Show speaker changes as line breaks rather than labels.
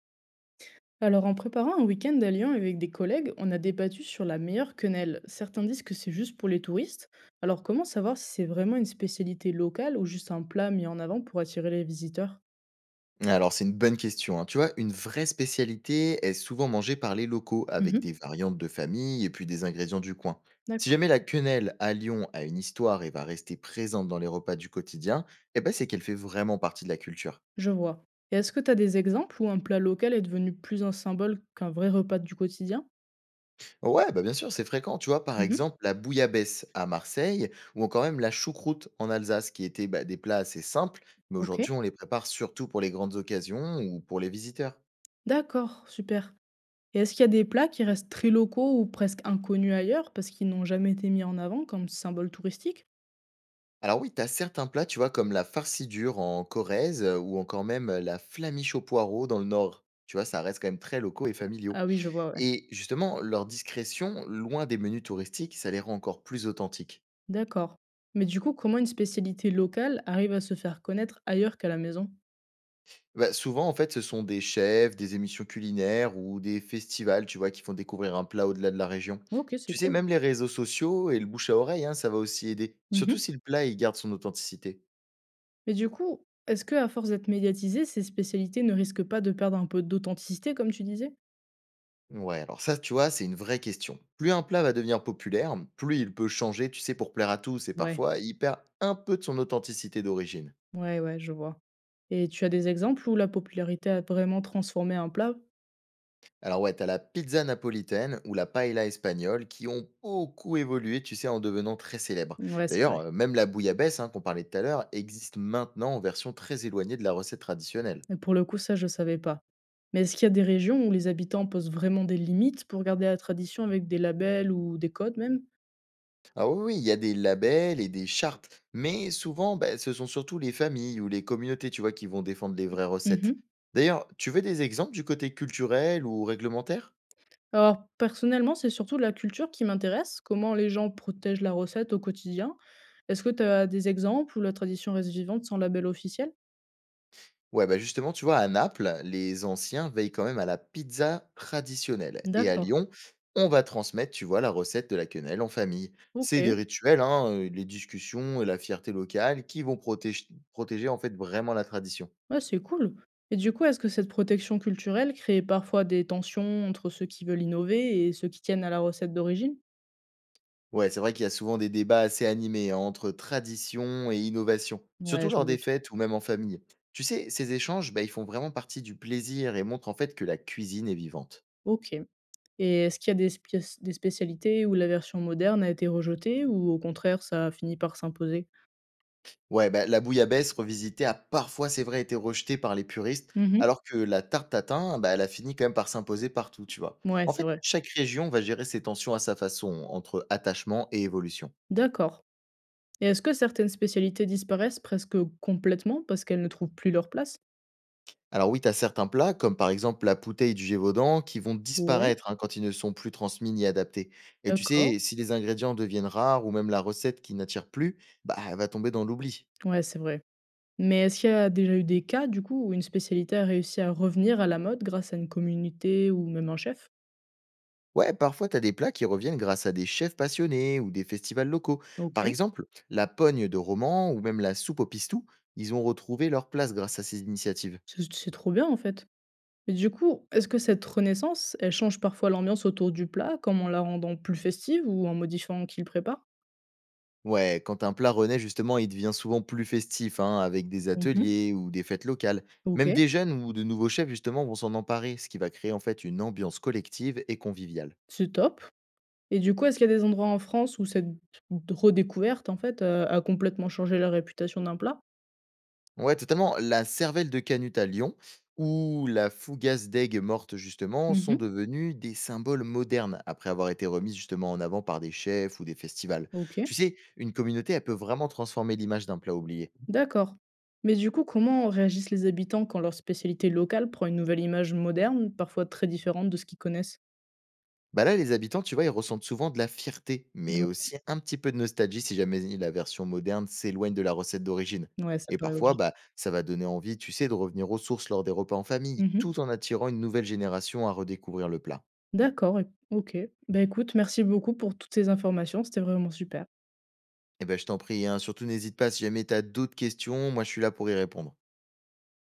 Alors, en préparant un week-end à Lyon avec des collègues, on a débattu sur la meilleure quenelle. Certains disent que c'est juste pour les touristes. Alors, comment savoir si c'est vraiment une spécialité locale ou juste un plat mis en avant pour attirer les visiteurs?
Alors, c'est une bonne question, hein. Tu vois, une vraie spécialité est souvent mangée par les locaux avec des
Mhm.
variantes de famille et puis des ingrédients du coin. Si
D'accord,
jamais la quenelle à Lyon a une histoire et va rester présente dans les repas du quotidien, eh ben c'est qu'elle fait vraiment partie de la culture.
je vois. Et est-ce que tu as des exemples où un plat local est devenu plus un symbole qu'un vrai repas du quotidien?
Ouais, bah bien sûr, c'est fréquent. Tu vois, par
Mhm.
exemple, la bouillabaisse à Marseille ou encore même la choucroute en Alsace, qui étaient bah, des plats assez simples, mais
Ok.
aujourd'hui on les prépare surtout pour les grandes occasions ou pour les visiteurs.
D'accord, super. Et est-ce qu'il y a des plats qui restent très locaux ou presque inconnus ailleurs parce qu'ils n'ont jamais été mis en avant comme symbole touristique?
Alors oui, tu as certains plats, tu vois, comme la farcie dure en Corrèze ou encore même la flamiche au poireau dans le Nord. Tu vois, ça reste quand même très locaux et familiaux.
Ah oui, je vois, ouais.
Et justement, leur discrétion, loin des menus touristiques, ça les rend encore plus authentiques.
D'accord. Mais du coup, comment une spécialité locale arrive à se faire connaître ailleurs qu'à la maison?
Bah, souvent, en fait, ce sont des chefs, des émissions culinaires ou des festivals, tu vois, qui font découvrir un plat au-delà de la région.
OK, c'est
Tu sais,
cool.
même les réseaux sociaux et le bouche à oreille, hein, ça va aussi aider.
Mmh.
Surtout si le plat, il garde son authenticité.
Mais du coup, est-ce que à force d'être médiatisées, ces spécialités ne risquent pas de perdre un peu d'authenticité, comme tu disais?
Ouais, alors ça, tu vois, c'est une vraie question. Plus un plat va devenir populaire, plus il peut changer, tu sais, pour plaire à tous, et
Ouais,
parfois, il perd un peu de son authenticité d'origine.
ouais, ouais, je vois. Et tu as des exemples où la popularité a vraiment transformé un plat?
Alors ouais, t'as la pizza napolitaine ou la paella espagnole qui ont beaucoup évolué, tu sais, en devenant très célèbres.
Ouais, c'est
D'ailleurs,
vrai.
même la bouillabaisse hein, qu'on parlait tout à l'heure existe maintenant en version très éloignée de la recette traditionnelle.
Et pour le coup, ça, je savais pas. Mais est-ce qu'il y a des régions où les habitants posent vraiment des limites pour garder la tradition avec des labels ou des codes même?
Ah oui, oui, il y a des labels et des chartes, mais souvent, bah, ce sont surtout les familles ou les communautés, tu vois, qui vont défendre les vraies recettes.
Mmh.
D'ailleurs, tu veux des exemples du côté culturel ou réglementaire?
Alors, personnellement, c'est surtout la culture qui m'intéresse, comment les gens protègent la recette au quotidien. Est-ce que tu as des exemples où la tradition reste vivante sans label officiel?
Ouais, bah justement, tu vois, à Naples, les anciens veillent quand même à la pizza traditionnelle. Et à
D'accord,
Lyon, on va transmettre, tu vois, la recette de la quenelle en famille.
ok,
C'est des rituels, hein, les discussions et la fierté locale qui vont protéger en fait vraiment la tradition.
ouais, c'est cool. Et du coup, est-ce que cette protection culturelle crée parfois des tensions entre ceux qui veulent innover et ceux qui tiennent à la recette d'origine?
Ouais, c'est vrai qu'il y a souvent des débats assez animés hein, entre tradition et innovation, surtout
Ouais, je
lors
me
des
doute.
fêtes ou même en famille. Tu sais, ces échanges, bah, ils font vraiment partie du plaisir et montrent en fait que la cuisine est vivante.
Ok. Et est-ce qu'il y a des, des spécialités où la version moderne a été rejetée ou au contraire, ça a fini par s'imposer?
Ouais, bah, la bouillabaisse revisitée a parfois, c'est vrai, été rejetée par les puristes,
Mhm.
alors que la tarte tatin, bah, elle a fini quand même par s'imposer partout, tu vois.
Ouais,
En
c'est
fait,
vrai.
chaque région va gérer ses tensions à sa façon, entre attachement et évolution.
D'accord. Et est-ce que certaines spécialités disparaissent presque complètement parce qu'elles ne trouvent plus leur place?
Alors oui, tu as certains plats, comme par exemple la poutée du Gévaudan, qui vont
Ouais,
disparaître hein, quand ils ne sont plus transmis ni adaptés. Et tu
d'accord.
sais, si les ingrédients deviennent rares ou même la recette qui n'attire plus, bah, elle va tomber dans l'oubli.
Ouais, c'est vrai. Mais est-ce qu'il y a déjà eu des cas, du coup, où une spécialité a réussi à revenir à la mode grâce à une communauté ou même un chef?
Ouais, parfois tu as des plats qui reviennent grâce à des chefs passionnés ou des festivals locaux.
Ok,
Par exemple, la pogne de roman ou même la soupe au pistou, ils ont retrouvé leur place grâce à ces initiatives.
c'est trop bien en fait. Mais du coup, est-ce que cette renaissance, elle change parfois l'ambiance autour du plat, comme en la rendant plus festive ou en modifiant qui le prépare?
Ouais, quand un plat renaît, justement, il devient souvent plus festif, hein, avec des
Mhm.
ateliers ou des fêtes locales.
Ok,
Même des jeunes ou de nouveaux chefs, justement, vont s'en emparer, ce qui va créer en fait une ambiance collective et conviviale.
c'est top. Et du coup, est-ce qu'il y a des endroits en France où cette redécouverte, en fait, a complètement changé la réputation d'un plat?
Ouais, totalement. La cervelle de canut à Lyon ou la fougasse d'aigue morte, justement, sont
Mmh.
devenus des symboles modernes après avoir été remises justement en avant par des chefs ou des festivals. Tu
OK,
sais, une communauté, elle peut vraiment transformer l'image d'un plat oublié.
d'accord. Mais du coup, comment réagissent les habitants quand leur spécialité locale prend une nouvelle image moderne, parfois très différente de ce qu'ils connaissent?
Bah là, les habitants, tu vois, ils ressentent souvent de la fierté, mais
Lo.
aussi un petit peu de nostalgie si jamais la version moderne s'éloigne de la recette d'origine.
Ouais, ça
Et
paraît
parfois,
logique.
bah, ça va donner envie, tu sais, de revenir aux sources lors des repas en famille,
Mmh.
tout en attirant une nouvelle génération à redécouvrir le plat.
D'accord. OK. Bah, écoute, merci beaucoup pour toutes ces informations, c'était vraiment super.
Et ben, je t'en prie, hein, surtout n'hésite pas si jamais tu as d'autres questions, moi je suis là pour y répondre.